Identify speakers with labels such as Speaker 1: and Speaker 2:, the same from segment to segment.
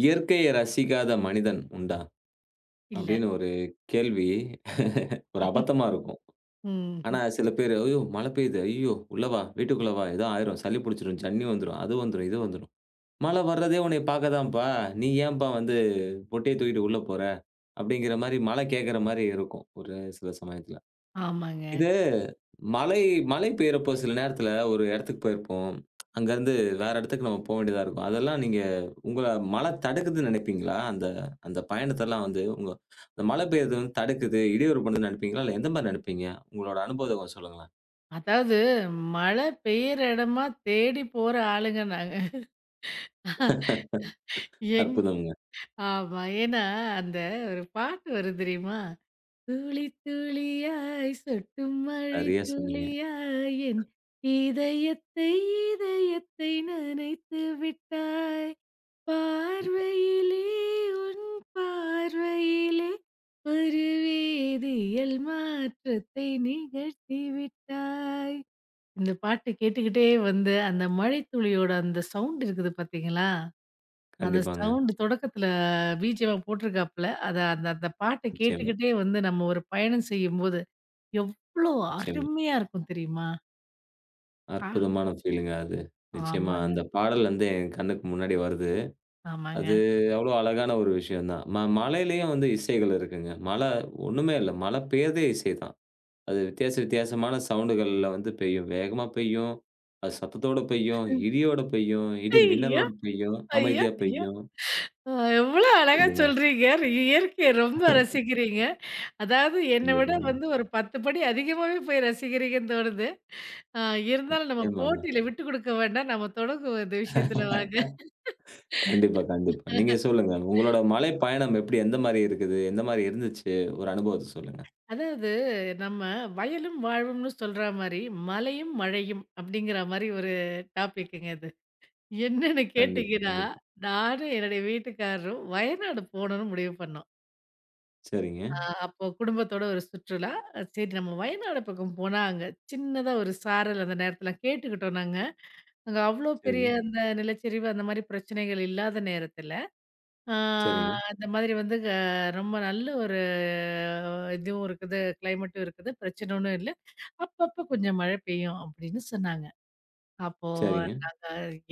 Speaker 1: "இயற்கையை ரசிக்காத மனிதன் உண்டா?"
Speaker 2: இல்ல.
Speaker 1: அப்படின்னு ஒரு கேள்வி ஒரு அபத்தமா இருக்கும். ஆனா
Speaker 2: ம்.
Speaker 1: சில பேரு, "ஐயோ! மழை பெய்யுது. ஐயோ! உள்ள வா, வீட்டுக்குள்ள வா. ஏதோ ஆயிரும். சளி புடிச்சிரும், ஜன்னி வந்துரும், அது வந்துரும், இது வந்துரும். மழை வர்றதே உன்னைய பார்க்க தான்ப்பா. நீ ஏன்பா வந்து பொட்டைய தூக்கிட்டு உள்ள போற?" அப்படிங்கிற மாரி மழை கேட்கிற மாரி இருக்கும், ஒரு சில சமயத்துல.
Speaker 2: ஆமாங்க.
Speaker 1: இது மழை மழை பெய்யறப்போ சில நேரத்தில ஒரு இடத்துக்கு போயிருப்போம். அங்கருந்து வேற இடத்துக்கு நம்ம போ வேண்டியதா இருக்கும். அதெல்லாம் நீங்க உங்கள மழை தடுக்குதுன்னு நினைப்பீங்களா? அந்த அந்த பயணத்தெல்லாம் வந்து உங்க இந்த மழை பெய்யறது வந்து தடுக்குது, இடையூறு பண்ணுதுன்னு நினைப்பீங்களா? இல்ல எந்த மாரி நினைப்பீங்க? உங்களோட அனுபவத்த கொஞ்சம் சொல்லுங்களேன்.
Speaker 2: அதாவது மழை பெய்யிற இடமா தேடி போற ஆளுங்க நாங்க. எங்
Speaker 1: அற்புதம்ங்க.
Speaker 2: ஆமா. ஏன்னா அந்த ஒரு பாட்டு வரும் தெரியுமா? துளி துளியாய் சொட்டும் மழை
Speaker 1: நிறைய சொன்னீங்க.
Speaker 2: துளியாய் என் இதயத்தை இதயத்தை நனைத்து விட்டாய்,
Speaker 1: கண்டிப்பா.
Speaker 2: பார்வையிலே உன் பார்வையிலே ஒரு வேதியியல் மாற்றத்தை நிகழ்த்தி விட்டாய். இந்த பாட்டு கேட்டுக்கிட்டே வந்து அந்த மழைத்துளியோட அந்த சவுண்ட் இருக்குது பாத்தீங்களா? அந்த
Speaker 1: கண்டிப்பாங்க.
Speaker 2: சவுண்ட் தொடக்கத்துல பிஜிஎம்மா போட்டிருக்காப்புல. அந்த அந்த பாட்ட
Speaker 1: நிச்சயமா,
Speaker 2: கேட்டுக்கிட்டே வந்து நம்ம ஒரு பயணம் செய்யும்போது, எவ்ளோ
Speaker 1: நிச்சயமா.
Speaker 2: அருமையா இருக்கும் தெரியுமா? ஆ.
Speaker 1: அற்புதமான ஃபீலிங்க அது. நிச்சயமா
Speaker 2: ஆமாங்க,
Speaker 1: அந்த பாடல் வந்து என் கண்ணுக்கு முன்னாடி வருது. அது
Speaker 2: ஆமாங்க.
Speaker 1: அவ்ளோ அழகான ஒரு விஷயம் தான். மழையிலயும் வந்து இசைகள் இருக்குங்க. மழை ஒண்ணுமே இல்ல. மழை பெய்யறதே இசை தான். அது வித்தியாச வித்தியாசமான சவுண்டுகள்ல வந்து பெய்யும். வேகமா பெய்யும். அது சத்தத்தோட பெய்யும். இடியோட பெய்யும். இடி
Speaker 2: ஐயா!
Speaker 1: மின்னலோட பெய்யும்.
Speaker 2: ஐயா!
Speaker 1: அமைதியா
Speaker 2: ஐயா!
Speaker 1: பெய்யும்.
Speaker 2: அ எவ்ளோ அழகா
Speaker 1: இல்லையா?
Speaker 2: சொல்றீங்க. இயற்கைய ரொம்ப ரசிக்கிறீங்க. அதாவது என்ன விட
Speaker 1: கண்டிப்பாங்க.
Speaker 2: வந்து ஒரு 10 படி அதிகமாவே போய் ரசிக்கிறீங்கன்னு தோணுது. அ இருந்தாலும் நம்ம
Speaker 1: நிச்சயமாங்க.
Speaker 2: போட்டியில விட்டு குடுக்க வேண்டாம். நம்ம தொடங்குவோம் இந்த விஷயத்துல வாங்க.
Speaker 1: கண்டிப்பா, கண்டிப்பா. நீங்க சொல்லுங்க. உங்களோட மலை பயணம் எப்படி எந்த மாரி இருக்குது? எந்த மாரி இருந்துச்சு? ஒரு அனுபவத்த சொல்லுங்க.
Speaker 2: அதாவது நம்ம வயலும் வாழ்வும்னு சொல்ற மாரி, மலையும் மழையும் அப்படிங்கிற மாரி ஒரு டாபிக்குங்க இது. என்னன்னு
Speaker 1: கண்டிப்பா,
Speaker 2: கேட்டீங்கன்னா,
Speaker 1: கண்டிப்பா.
Speaker 2: நானும் என்னுடைய வீட்டுக்காரரும் வயநாடு போணும்னு முடிவு பண்ணோம்.
Speaker 1: சரிங்க,
Speaker 2: அ அப்போ குடும்பத்தோட ஒரு சுற்றுலா. சரி, நம்ம வயநாடு பக்கம் போனா, அங்க சின்னதா ஒரு சாரல் அந்த நேரத்துல கேட்டுக்கிட்டோம் நாங்க. அங்க அவ்வளோ பெரிய
Speaker 1: சரிங்க,
Speaker 2: அந்த நிலச்சரிவு அந்த மாரி பிரச்சனைகள் இல்லாத நேரத்துல. ஆ,
Speaker 1: சரிங்க,
Speaker 2: அந்த மாதிரி வந்து ரொம்ப நல்ல ஒரு இதுவும் இருக்குது, கிளைமேட்டும் இருக்குது. பிரச்சனை ஒண்ணும் இல்ல. அப்பப்ப கொஞ்சம் மழை பெய்யும் அப்படின்னு சொன்னாங்க. அப்போ
Speaker 1: சரிங்க.
Speaker 2: நாங்க,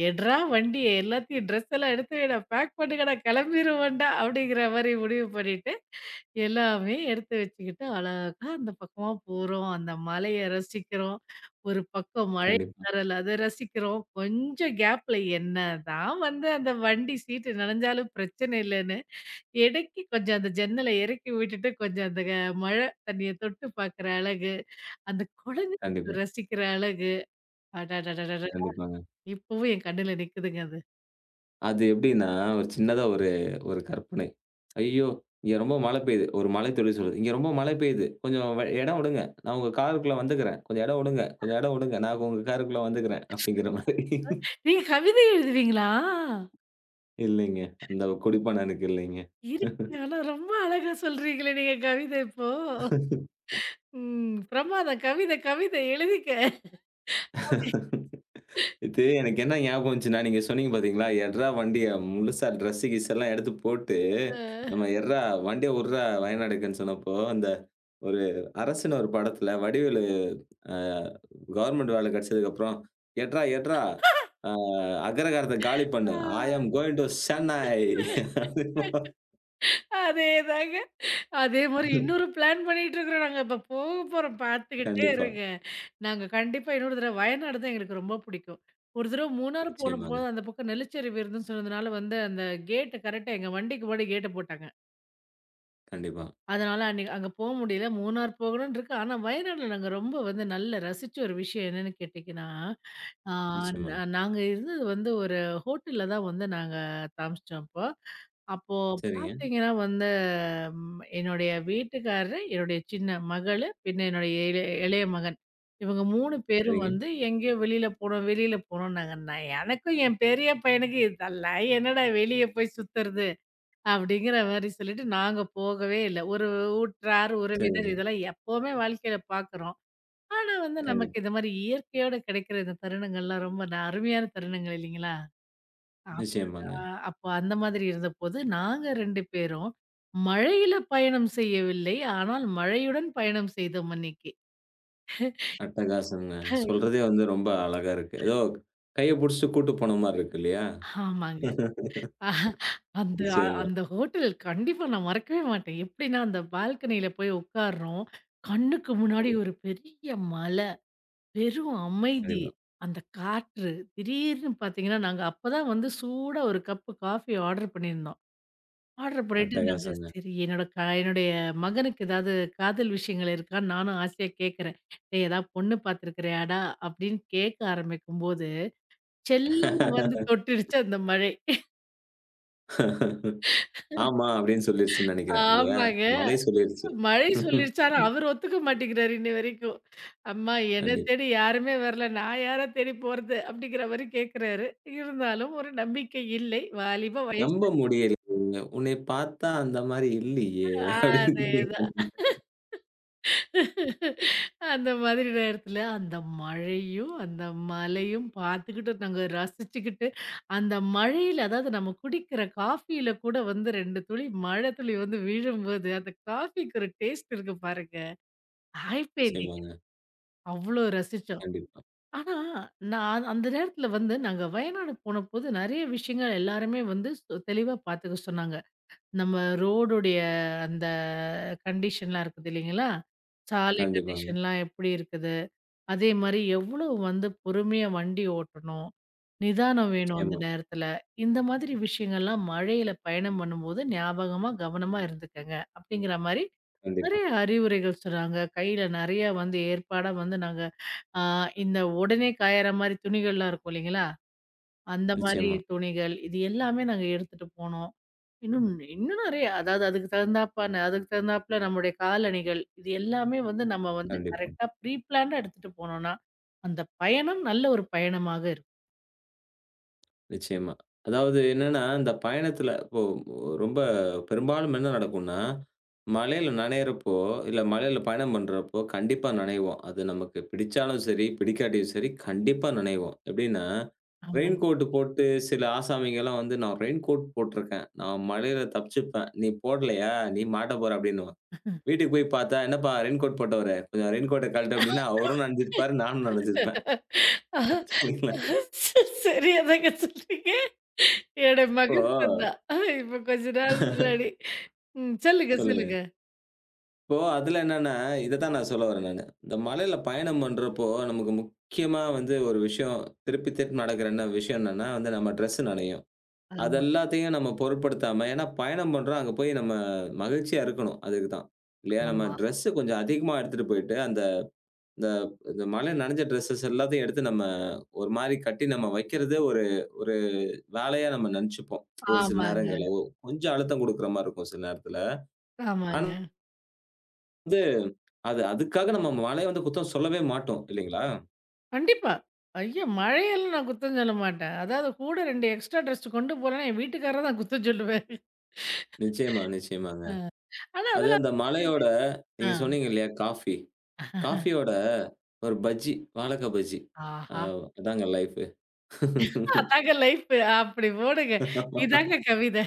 Speaker 2: "எட்றா வண்டி எல்லாத்தையும் ட்ரெஸ் எல்லாம் எடுத்துவைடா, பேக் பண்ணுங்கடா, கிளம்பிருவோம்டா" அப்படிங்கிற மாரி முடிவு பண்ணிட்டு, எல்லாமே எடுத்து வச்சுக்கிட்டு அழகா அந்த பக்கமா போறோம். அந்த மலைய ரசிக்கிறோம். ஒரு பக்கம் மழை
Speaker 1: கண்டிப்பா,
Speaker 2: சாரல் அத ரசிக்கிறோம். கொஞ்சம் கேப்ல என்னதான் வந்து அந்த வண்டி சீட்டு நனஞ்சாலும் பிரச்சனை இல்லன்னு இறக்கி கொஞ்சம் அந்த ஜன்னல இறக்கி விட்டுட்டு, கொஞ்சம் அந்த மழை தண்ணிய தொட்டு பார்க்குற அழகு, அந்த குழந்தைங்க அத
Speaker 1: கண்டிப்பா,
Speaker 2: ரசிக்கிற அழகு. அடடடடட!
Speaker 1: கண்டிப்பாங்க.
Speaker 2: இப்பவும் என் கண்ணுல நிக்குதுங்க அது.
Speaker 1: அது எப்படின்னா, ஒரு சின்னதா ஒரு ஒரு கற்பனை. ஐயோ! இங்க ரொம்ப மழை பெய்யுது. ஒரு மழைத்துளி சொல்லுது. இங்க ரொம்ப மழை பெய்யுது. கொஞ்சம் இடம் விடுங்க. நான் உங்க காருக்குள்ள வந்துக்கிறேன். கொஞ்சம் இடம் விடுங்க. கொஞ்சம் இடம் விடுங்க. நான் உங்க காருக்குள்ள வந்துக்கிறேன். அப்படிங்கிற மாதிரி.
Speaker 2: நீங்க கவிதை எழுதுவீங்களா?
Speaker 1: இல்லைங்க. அந்த குடிப்பனம் எனக்கு இல்லைங்க.
Speaker 2: இருக்குங்க. ஆனா ரொம்ப அழகா சொல்றீங்களே நீங்க கவிதை இப்போ. ம். பிரமாதம். கவிதை, கவிதை எழுதிக்க. அப்டி.
Speaker 1: இது எனக்கு என்ன ஞாபகம் வந்துச்சுன்னா, நீங்க சொன்னீங்க பார்த்தீங்களா? எட்றா வண்டிய முழுசா ட்ரெஸ்ஸு கிஸ் எல்லாம் எடுத்து போட்டு,
Speaker 2: அ.
Speaker 1: நம்ம எட்றா வண்டிய உட்றா வயநாடுக்குன்னு சொன்னப்போ, அந்த ஒரு அரசன் ஒரு படத்துல வடிவேலு அ கவர்மெண்ட் வேலை கிடைச்சதுக்கப்புறம், "எட்றா, எட்றா அ அக்ரஹாரத்த காலி பண்ணு. I am going to Chennai."
Speaker 2: ஆ. அதேதாங்க. அதே மாரி இன்னொரு பிளான் பண்ணிட்டுருக்குறோம் நாங்க. இப்ப போக போறோம் பார்த்துக்கிட்டே
Speaker 1: கண்டிப்பா.
Speaker 2: இருங்க. நாங்க கண்டிப்பா இன்னொரு தடவ வயநாடு தான் எங்களுக்கு ரொம்ப பிடிக்கும். ஒரு தடவ மூணாறு
Speaker 1: நிச்சயமாங்க.
Speaker 2: போனபோது அந்த பக்கம் நெல்லிச்சரிவு இருந்துன்னு சொன்னதுனால வந்து அந்த கேட்ட கரெக்ட்டா எங்க வண்டிக்கு முன்னாடி கேட்ட போட்டாங்க.
Speaker 1: கண்டிப்பா.
Speaker 2: அதனால அன்னைக்கு அங்க போ முடியல. மூணார் போகணும்னு இருக்கு. ஆனா, வயநாடுல நாங்க ரொம்ப வந்து நல்லா ரசிச்ச ஒரு விஷயம் என்னன்னு கேட்டீங்கன்னா, ஆ
Speaker 1: நிச்சயமாங்க.
Speaker 2: நாங்க இருந்தது வந்து ஒரு ஹோட்டல்ல தான் வந்து நாங்க தாமசிச்சோம் அப்போ. அப்போ
Speaker 1: சரிங்க,
Speaker 2: பார்த்தீங்கன்னா வந்து என்னுடைய வீட்டுக்காரரு, என்னுடைய சின்ன மகளு, பின்ன என்னுடைய இளைய இளைய மகன். இவங்க 3 பேரும்
Speaker 1: சரிங்க,
Speaker 2: வந்து எங்கேயோ வெளியில போணும் வெளியில போணும்னாங்க. நான் எனக்கும் என் பெரிய பையனுக்கும் இதெல்லாம் என்னடா வெளிய போய் சுத்துறது? அப்படிங்கிற மாரி சொல்லிட்டு நாங்க போகவே இல்ல. ஒரு ஊற்றார், உறவினர்
Speaker 1: சரிங்க.
Speaker 2: இதெல்லாம் எப்பவுமே வாழ்க்கையில பார்க்குறோம். ஆனா வந்து நமக்கு
Speaker 1: கண்டிப்பா.
Speaker 2: இந்த மாரி இயற்கையோட கிடைக்கிற இந்த தருணங்கள்லாம் ரொம்ப அருமையான தருணங்கள் இல்லைங்களா? அ
Speaker 1: நிச்சயமாங்க.
Speaker 2: அப்போ அந்த மாதிரி இருந்தபோது நாங்க 2 பேரும் மழையில பயணம் செய்யவில்லை. ஆனால் மழையுடன் பயணம் செய்தோம் அன்னைக்கு.
Speaker 1: அட்டகாசம்ங்க. சொல்றதே வந்து ரொம்ப அழகா இருக்கு. ஏதோ கைய புடிச்சுட்டு கூட்டு போன மாரி இருக்கு இல்லையா?
Speaker 2: ஆமாங்க. அஹ் அந்த
Speaker 1: நிச்சயமா.
Speaker 2: அந்த ஹோட்டல் கண்டிப்பா நான் மறக்கவே மாட்டேன். எப்படின்னா அந்த பால்கனியில போய் உட்கார்றோம். கண்ணுக்கு முன்னாடி
Speaker 1: கண்டிப்பா,
Speaker 2: ஒரு பெரிய மல. வெறும் அமைதி.
Speaker 1: கண்டிப்பா.
Speaker 2: அந்த காற்று, திடீர்னு பார்த்தீங்கன்னா, நாங்க அப்பதான் வந்து சூடா 1 கப்பு காஃபி ஆர்டர் பண்ணியிருந்தோம். ஆர்டர் பண்ணிட்டு நாங்க
Speaker 1: அட்டகாசங்க.
Speaker 2: சரி என்னோட என்னுடைய மகனுக்கு ஏதாவது காதல் விஷயங்கள் இருக்கான்னு நானும் ஆசையா கேட்கிறேன். "டேய் ஏதாவது பொண்ணு பார்த்துருக்கிறியாடா?" அப்படின்னு கேட்க ஆரம்பிக்கும்போது, செல்லமா வந்து தொட்டுருச்சு அந்த மழை.
Speaker 1: "ஆமா" அப்படின்னு சொல்லிருச்சுன்னு நெனைக்கிறேன் இல்லையா?
Speaker 2: ஆமாங்க.
Speaker 1: மலை சொல்லிருச்சு.
Speaker 2: மழை சொல்லிருச்சு. ஆனா, அவரு ஒத்துக்க மாட்டேங்கிறாரு இன்னி வரைக்கும். அம்மா என்ன
Speaker 1: கண்டிப்பா.
Speaker 2: தேடி யாருமே வரல. நான் யார தேடி போறது? அப்படிங்கிற மாரி கேட்கிறாரு. இருந்தாலும் ஒரு நம்பிக்கை இல்லை. வாலிப வயசு.
Speaker 1: நம்ப முடியலைங்க. "உன்னை பார்த்தா அந்த மாரி இல்லையே!" அப்படின்னு
Speaker 2: அதேதான்.
Speaker 1: நினைக்கிறாங்க.
Speaker 2: அந்த மாதிரி நேரத்துல அந்த மழையும், அந்த மலையும் பார்த்துக்கிட்டு, நாங்க ரசிச்சுக்கிட்டு, அந்த மழையில அதாவது நம்ம குடிக்கிற காஃபியில கூட வந்து 2 துளி மழை துளி வந்து விழும்போது, அந்த காஃபிக்கு ஒரு டேஸ்ட் இருக்கு பாருங்க. ஹைப்பே இல்லைங்க.
Speaker 1: நிச்சயமாங்க.
Speaker 2: அவ்ளோ ரசிச்சோம்.
Speaker 1: கண்டிப்பா.
Speaker 2: ஆனா, நான் அந்த நேரத்துல வந்து நாங்க வயநாடு போனபோது நெறைய விஷயங்கள் எல்லாருமே வந்து தெளிவா பாத்துக்க சொன்னாங்க. நம்ம ரோடுடைய அந்த கண்டிஷன்லாம் இருக்குது இல்லைங்களா? சாலை
Speaker 1: கண்டிப்பாங்க.
Speaker 2: கண்டிஷன்லாம் எப்படி இருக்குது? அதே மாரி எவ்வளவு வந்து பொறுமையா வண்டி ஓட்டணும்? நிதானம் வேணும் அந்த
Speaker 1: நிச்சயமா.
Speaker 2: நேரத்துல. இந்த மாதிரி விஷயங்கள்லாம் மழையில பயணம் பண்ணும்போது ஞாபகமா, கவனமா இருந்துக்கங்க. அப்படிங்கிற மாரி
Speaker 1: கண்டிப்பா.
Speaker 2: நெறைய அறிவுரைகள் சொன்னாங்க. கையில நெறைய வந்து ஏற்பாடா வந்து நாங்க ஆ இந்த உடனே காயற மாரி துணிகள்லாம் இருக்கும் இல்லைங்களா? அந்த மாரி
Speaker 1: நிச்சயமா.
Speaker 2: துணிகள், இது எல்லாமே நாங்க எடுத்துட்டு போனோம். இன்னும் இன்னும் நெறைய அதாவது அதுக்கு தகுந்தாப்புல நம்முடைய காலணிகள், இது எல்லாமே வந்து நம்ம வந்து
Speaker 1: கண்டிப்பா.
Speaker 2: கரெக்ட்டா ப்ரீ பிளான்டா எடுத்துட்டு போனோம்னா, அந்த பயணம் நல்ல ஒரு பயணமாக இருக்கும்.
Speaker 1: நிச்சயமா. அதாவது என்னன்னா, இந்த பயணத்துல இப்போ ரொம்ப பெரும்பாலும் என்ன நடக்கும்னா, மழையில நனையிறப்போ, இல்ல மழையில பயணம் பண்றப்போ கண்டிப்பா நனைவோம். அது நமக்கு பிடிச்சாலும் சரி, பிடிக்காட்டியும் சரி கண்டிப்பா நனைவோம். எப்படின்னா, ரெயின்
Speaker 2: ஆமாங்க.
Speaker 1: கோட் போட்டு சில ஆசாமிங்கலாம் வந்து, "நான் ரெயின் கோட் போட்டிருக்கேன். நான் மழையில தப்பிச்சுப்பேன். நீ போடலையா? நீ மாட்ட போற" அப்படின்னுவான். வீட்டுக்கு போய் பார்த்தா, "என்னப்பா ரெயின் கோட் போட்டவரே, கொஞ்சம் ரெயின் கோட்ட கழட்டு" அப்படின்னா, அவரும் நனைஞ்சிருப்பாரு, நானும் நனைஞ்சிருப்பேன். சரிங்களா?
Speaker 2: சரியா தாங்க சொன்னீங்க. என்னோட
Speaker 1: இப்போ
Speaker 2: மகன் சொன்னான். இப்ப கொஞ்ச நாள் முன்னாடி. ம். சொல்லுங்க,
Speaker 1: சொல்லுங்க.
Speaker 2: சொல்லுங்க.
Speaker 1: இப்போ அதில என்னன்னா, இததான் நான் சொல்ல வரேன் நானு. இந்த மலையில பயணம் பண்றப்போ, நமக்கு முக்கியமா வந்து ஒரு விஷயம் திருப்பி திருப்பி நடக்கிற என்ன விஷயம் என்னன்னா, வந்து நம்ம ட்ரெஸ் நனையும். அது
Speaker 2: ஆமா,
Speaker 1: எல்லாத்தையும் நம்ம பொருட்படுத்தாம ஏன்னா பயணம் பண்றோம், அங்க போய் நம்ம மகிழ்ச்சியா இருக்கணும். அதுக்கு தான். இல்லையா? நம்ம
Speaker 2: ஆமா.
Speaker 1: ட்ரெஸ் கொஞ்சம் அதிகமா எடுத்துட்டு போயிட்டு, அந்த இந்த இந்த மழையில நனைஞ்ச ட்ரெஸ்ஸஸ் எல்லாத்தையும் எடுத்து நம்ம ஒரு மாரி கட்டி நம்ம வைக்கிறதே ஒரு ஒரு வேலையா நம்ம நெனச்சுப்போம். ஒரு சில
Speaker 2: ஆமாங்க,
Speaker 1: நேரங்கள்ல. கொஞ்சம் அழுத்தம் குடுக்குற மாரி இருக்கும் சில நேரத்துல. ஆனா
Speaker 2: ஆமாங்க.
Speaker 1: அது அதுக்காக நம்ம மழைய வந்து குத்தம் சொல்லவே மாட்டோம் இல்லைங்களா?
Speaker 2: கண்டிப்பா. ஐயோ! மழையெல்லாம் நான் குத்தம் சொல்ல மாட்டேன். அதாவது கூட 2 எக்ஸ்ட்ரா ட்ரெஸ் கொண்டு போலன்னா, என் வீட்டுக்காரர தான் குத்தம் சொல்லுவேன்.
Speaker 1: நிச்சயமா, நிச்சயமாங்க.
Speaker 2: அ. ஆனா
Speaker 1: அது
Speaker 2: அதெல்லாம்
Speaker 1: அந்த
Speaker 2: ஒண்ணும் இல்ல.
Speaker 1: மழையோட
Speaker 2: ஆ.
Speaker 1: நீங்க சொன்னீங்க இல்லையா? காஃபி. காஃபியோட ஒரு பஜ்ஜி, வாழக்கா பஜ்ஜி. அ
Speaker 2: ஆஹா!
Speaker 1: அதாங்க லைஃப்.
Speaker 2: அதாங்க லைஃப். அப்படி போடுங்க. இதாங்க கவிதை.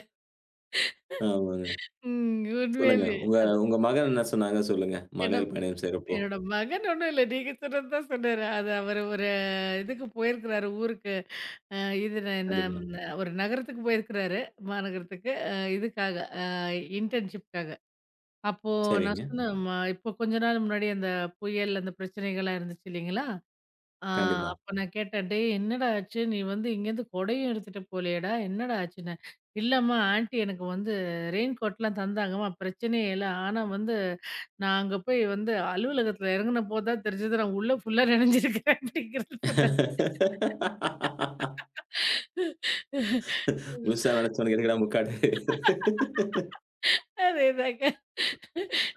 Speaker 1: ஆமாங்க.
Speaker 2: ம்.
Speaker 1: சொல்லுங்க.
Speaker 2: உண்மையிலேயே.
Speaker 1: உங்க
Speaker 2: அது
Speaker 1: உங்க மகன் என்ன சொன்னாங்க சொல்லுங்க?
Speaker 2: என்ன
Speaker 1: மலையில் பயணம் செய்றப்போ.
Speaker 2: என்னோட மகன் ஒண்ணும் இல்ல. நீங்க சொன்னது தான் சொன்னாரு. அவரு ஒரு இதுக்கு போயிருக்கிறாரு ஊருக்கு. அ இது என்ன
Speaker 1: கண்டிப்பா.
Speaker 2: ஒரு நகரத்துக்கு போயிருக்கிறாரு. மாநகரத்துக்கு. இதுக்காக அ இன்டர்ன்ஷிப்காக. அப்போ நான்
Speaker 1: சரிங்க.
Speaker 2: சொன்னேன், இப்போ கொஞ்ச நாள் முன்னாடி அந்த புயல், அந்த பிரச்சனைகள்லாம் இருந்துச்சு இல்லைங்களா? ஆ
Speaker 1: கண்டிப்பா.
Speaker 2: அப்ப நான் கேட்டேன், 'டேய் என்னடா ஆச்சு? நீ வந்து இங்கேருந்து கொடையும் எடுத்துட்டு போலயேடா! என்னடா ஆச்சுன்னு?' 'இல்லம்மா ஆன்ட்டி, எனக்கு வந்து ரெயின் கோட்லாம் தந்தாங்கம்மா, பிரச்சனையே இல்ல. ஆனா வந்து நான் அங்க போய் வந்து அலுவலகத்துல இறங்குன போது தான் தெரிஞ்சது நான் உள்ள ஃபுல்லா நனைஞ்சிருக்கிறேன்' அப்படிங்கிறத சொன்னேன்."
Speaker 1: முழுசா நினைச்சவனுக்கு எதுக்குடா முக்காடு?
Speaker 2: அதேதாங்க.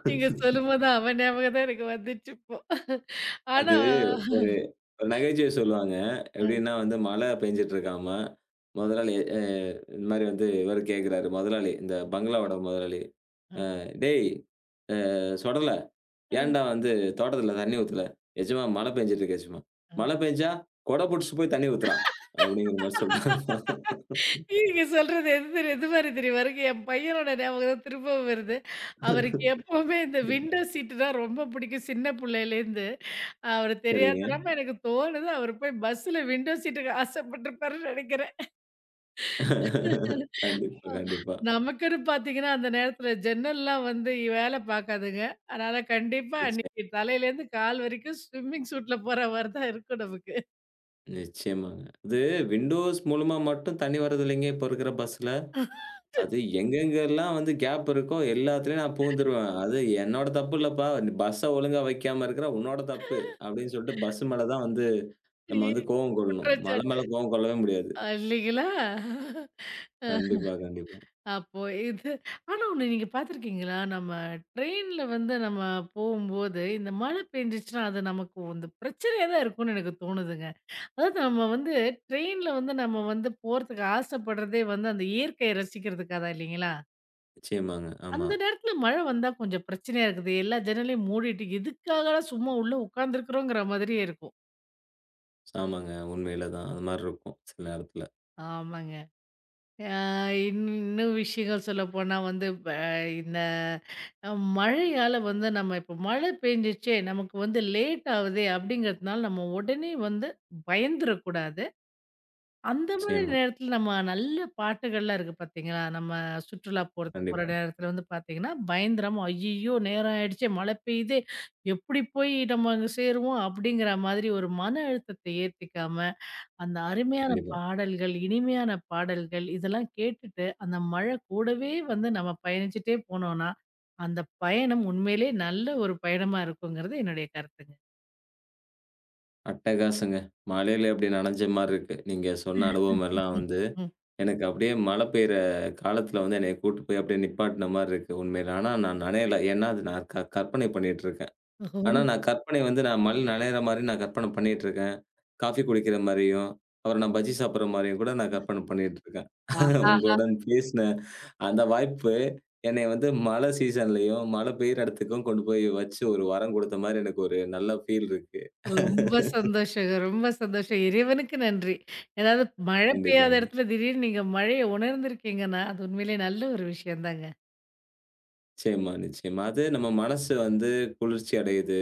Speaker 2: நீங்க சொல்லும்போது அவன் ஞாபகம் தான் எனக்கு வந்துச்சு இப்போ. ஆனா
Speaker 1: அது ஒரு ஒரு நகைச்சுவை சொல்லுவாங்க. எப்படின்னா வந்து மழை பெஞ்சுட்டு இருக்காமா. முதலாளி இந்த மாரி வந்து இவரு கேட்கிறாரு. முதலாளி இந்த பங்களாவோட முதலாளி.
Speaker 2: அ,
Speaker 1: "டேய் சொடல
Speaker 2: அ,
Speaker 1: ஏன்டா வந்து தோட்டத்தில தண்ணி ஊத்தல?" "எஜமான் மழை பெஞ்சுட்டு இருக்கு எஜமான்."
Speaker 2: அ.
Speaker 1: "மழை பெஞ்சா கொடை புடிச்சுட்டு போய் தண்ணி ஊத்துடா." அப்படிங்கிற மாரி சொல்றாராமா.
Speaker 2: நீங்க சொல்றது எது மாரி தெரியுமா இருக்கு? என் பையனோட ஞாபகம் தான் திரும்பவும் வருது. அவருக்கு எப்பவுமே இந்த
Speaker 1: கண்டிப்பா.
Speaker 2: விண்டோ சீட்டு தான் ரொம்ப பிடிக்கும் சின்ன புள்ளையிலேருந்து. அவரு
Speaker 1: சரிங்க.
Speaker 2: தெரியாத்தனமா எனக்கு தோணுது, அவரு போய் பஸ்ஸில விண்டோ சீட்டுக்கு ஆசைப்பட்டுருப்பாருன்னு நெனைக்கிறேன்.
Speaker 1: கண்டிப்பா,
Speaker 2: அ
Speaker 1: கண்டிப்பா.
Speaker 2: நமக்குன்னு பார்த்தீங்கன்னா, அந்த நேரத்தில ஜன்னல்லாம் வந்து வேல பார்க்காதுங்க. அதனால கண்டிப்பா
Speaker 1: நிச்சயம்
Speaker 2: அன்னைக்கு தலையிலேருந்து கால் வரைக்கும் ஸ்விம்மிங் சூட்ல போற மாரி தான் இருக்கும் நமக்கு.
Speaker 1: நிச்சயமாங்க. அது விண்டோஸ் மூலமா மட்டும் தண்ணி வருது இல்லைங்க, இப்போ இருக்கிற பஸ்ல. அது எங்கெங்கெல்லாம் வந்து கேப் இருக்கோ எல்லாத்துலயும் நான் புகுந்துருவேன். அது என்னோட தப்பு இல்லப்பா! நீ பஸ்ஸ ஒழுங்கா வைக்காம இருக்கிற உன்னோட தப்பு. அப்படின்னு சொல்லிட்டு பஸ் மேல தான் வந்து நம்ம
Speaker 2: சரி.
Speaker 1: வந்து கோவம் கொள்ளணும். மல
Speaker 2: குற்றச்சாட்டு.
Speaker 1: மேல கோவம் கொள்ளவே முடியாது.
Speaker 2: இல்லைங்களா? அ
Speaker 1: கண்டிப்பா, கண்டிப்பா.
Speaker 2: அப்போ இது ஆனா ஒண்ணு நீங்க பார்த்துருக்கீங்களா? நம்ம ட்ரெயின்ல வந்து நம்ம போம்போது, இந்த மழை பெஞ்சுச்சுன்னா, அது நமக்கு வந்து பிரச்சனையா தான் இருக்கும்னு எனக்கு தோணுதுங்க. அதாவது நம்ம வந்து ட்ரெயின்ல வந்து நம்ம வந்து போறதுக்கு ஆசைப்படுறதே வந்து அந்த இயற்கையை ரசிக்கிறதுக்காக தான் இல்லைங்களா?
Speaker 1: நிச்சயமாங்க. ஆமா.
Speaker 2: அந்த நேரத்தில மழை வந்தா கொஞ்சம் பிரச்சனையா இருக்குது. எல்லா ஜன்னலையும் மூடிட்டு, எதுக்காகடா சும்மா உள்ள உட்காந்துருக்குறோங்கிற மாதிரியே இருக்கும்.
Speaker 1: ஆமாங்க. உண்மையில தான். அது மாரி இருக்கும் சில நேரத்துல.
Speaker 2: ஆமாங்க. ஆ, இன் இன்னும் விஷயங்கள் சொல்லப்போனா வந்து, இப்ப இந்த அ மழையால வந்து நம்ம இப்ப மழை பெஞ்சுச்சே, நமக்கு வந்து லேட் ஆவுதே அப்படிங்கிறதுனால, நம்ம உடனே வந்து பயந்துறக்கூடாது. அந்த மாதிரி
Speaker 1: நிச்சயமா.
Speaker 2: நேரத்தில நம்ம நல்ல பாட்டுகள்லாம் இருக்கு பார்த்தீங்களா? நம்ம சுற்றுலா போற
Speaker 1: கண்டிப்பா,
Speaker 2: நேரத்தில வந்து பார்த்தீங்கன்னா, பயந்துராம "ஐய்யய்யோ! நேரம் ஆயிடுச்சே, மழை பெய்யுதே, எப்படி போய் நம்ம அங்க சேருவோம்?" அப்படிங்கிற மாதிரி ஒரு மன அழுத்தத்தை ஏத்திக்காம அந்த அருமையான
Speaker 1: கண்டிப்பா.
Speaker 2: பாடல்கள், இனிமையான பாடல்கள் இதெல்லாம் கேட்டுட்டு, அந்த மழை கூடவே வந்து நம்ம பயணிச்சுட்டே போனோம்னா, அந்த பயணம் உண்மையிலே நல்ல ஒரு பயணமா இருக்குங்கிறது என்னுடைய கருத்துங்க.
Speaker 1: அட்டகாசங்க. மழையில எப்படி நனைஞ்ச மாரி இருக்கு. நீங்க சொன்ன அனுபவம் எல்லாம் வந்து
Speaker 2: ம்.
Speaker 1: எனக்கு அப்படியே மழை பெய்ற காலத்துல வந்து என்னைய கூட்டு போய் அப்படியே நிப்பாட்டின மாரி இருக்கு உண்மையில. ஆனா நான் நனையல. ஏன்னா, அது நான் கற்பனை பண்ணிட்டு இருக்கேன். ஆனா
Speaker 2: ரொம்
Speaker 1: நான் கற்பனை வந்து நான் மழை நனையிற மாரி நான் கற்பனை பண்ணிட்டு இருக்கேன். காஃபி குடிக்கிற மாரியும், அப்புறம் நான் பஜ்ஜி சாப்பிடுற மாரியும் கூட நான் கற்பனை பண்ணிட்டு இருக்கேன்.
Speaker 2: ஆஹா!
Speaker 1: உங்களுடன் பேசின அந்த வாய்ப்பு என்னைய வந்து மழை சீசன்லயும், மழை பெய்ற இடத்துக்கும் கொண்டு போய் வச்சு ஒரு வரம் கொடுத்த மாரி எனக்கு ஒரு நல்ல ஃபீல் இருக்கு.
Speaker 2: ரொம்ப சந்தோஷங்க. ரொம்ப சந்தோஷம். இறைவனுக்கு நன்றி. ஏதாவது மழை பெய்யாத
Speaker 1: கண்டிப்பாங்க.
Speaker 2: இடத்துல திடீர்னு நீங்க மழைய உணர்ந்திருக்கீங்கன்னா, அது உண்மையிலேயே நல்ல ஒரு விஷயம் தாங்க.
Speaker 1: நிச்சயமா, நிச்சயமா. அது நம்ம மனசு வந்து குளிர்ச்சி அடையுது,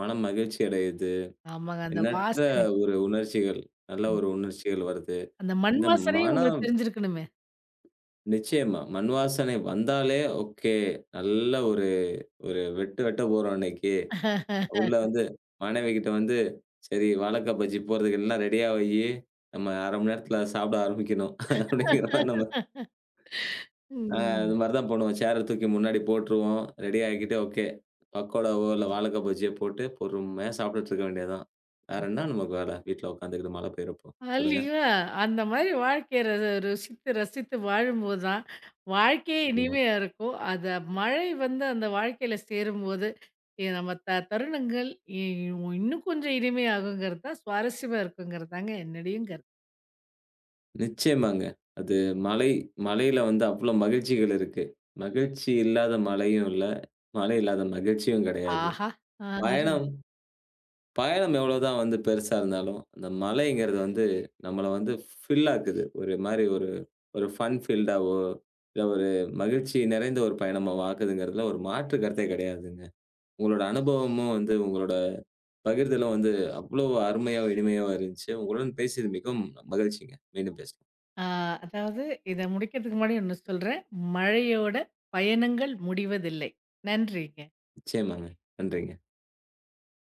Speaker 1: மனம் மகிழ்ச்சி அடையுது.
Speaker 2: ஆமாங்க. அந்த
Speaker 1: எண்ணற்ற
Speaker 2: வாசனை.
Speaker 1: ஒரு உணர்ச்சிகள், நல்ல
Speaker 2: ம்.
Speaker 1: ஒரு உணர்ச்சிகள் வருது.
Speaker 2: அந்த மண்
Speaker 1: இந்த
Speaker 2: வாசனையே
Speaker 1: மனம்
Speaker 2: உங்களுக்கு தெரிஞ்சிருக்கணுமே!
Speaker 1: நிச்சயமா. மண் வாசனை வந்தாலே ஓகே. நல்ல ஒரு ஒரு வெட்டு வெட்ட போறோம் இன்னைக்கு. உள்ள வந்து மனைவிகிட்ட வந்து, "சரி வாழக்கா பஜ்ஜி போடுறதுக்கு எல்லாம் ரெடியா வையி. நம்ம 1/2 மணி நேரத்தில சாப்பிட ஆரம்பிக்கணும்." அப்படிங்கிற மாரி நம்ம ஆ அது
Speaker 2: ம்.
Speaker 1: மாரி தான் பண்ணுவோம். சேர தூக்கி முன்னாடி போட்டுருவோம். ரெடி ஆகிக்கிட்டு ஓகே. பக்கோடாவோ, இல்ல வாழைக்காய் பஜ்ஜியோ போட்டு பொறுமையா சாப்பிட்டுட்டு இருக்க வேண்டியது தான். வேற என்ன நமக்கு வேல? வீட்ல உட்காந்துக்கிட்டு மழை பெய்றப்போ, சொல்லுங்க.
Speaker 2: இல்லைங்களா? அந்த மாதிரி வாழ்க்கைய ருசித்து, ரசித்து வாழும்போது தான், வாழ்க்கையே
Speaker 1: நிச்சயமா.
Speaker 2: இனிமையா இருக்கும். மழை வந்து அந்த வாழ்க்கையில சேரும்போது, நம்ம தருணங்கள் இ இன்னும் கொஞ்சம் இனிமையாகுங்கிறது தான் சுவாரஸ்யமா இருக்குங்கிறது தாங்க என்னுடையும் கருத்து.
Speaker 1: நிச்சயமாங்க. அது மலை மலையில வந்து அவ்வளோ மகிழ்ச்சிகள் இருக்கு. மகிழ்ச்சி இல்லாத மலையும் இல்ல. மழை இல்லாத மகிழ்ச்சியும் கிடையாது.
Speaker 2: ஆஹா! ஆ அருமை.
Speaker 1: பயணம் பயணம் எவ்வளோதான் வந்து பெருசா இருந்தாலும், அந்த மலைங்கிறது வந்து நம்மள வந்து ஃபில் ஆக்குது. ஒரு மாரி ஒரு ஒரு ஃபன் ஃபீல்டாவோ, இல்ல ஒரு மகிழ்ச்சி நிறைந்த ஒரு பயணமாவோ ஆக்குதுங்கிறதுல ஒரு மாற்று கருத்தே கிடையாதுங்க. உங்களோட அனுபவமும் வந்து உங்களோட பகிர்தலும் வந்து அவ்வளோ அருமையா, இனிமையாவும் இருந்துச்சு. உங்களுடன் பேசியது மிகவும் மகிழ்ச்சிங்க. மீண்டும் பேசலாம்.
Speaker 2: ஆ அதாவது இத முடிக்கிறதுக்கு முன்னாடி ஒண்ணு சொல்றேன். மழையோட பயணங்கள் முடிவதில்லை. நன்றிங்க.
Speaker 1: நிச்சயமாங்க. நன்றிங்க.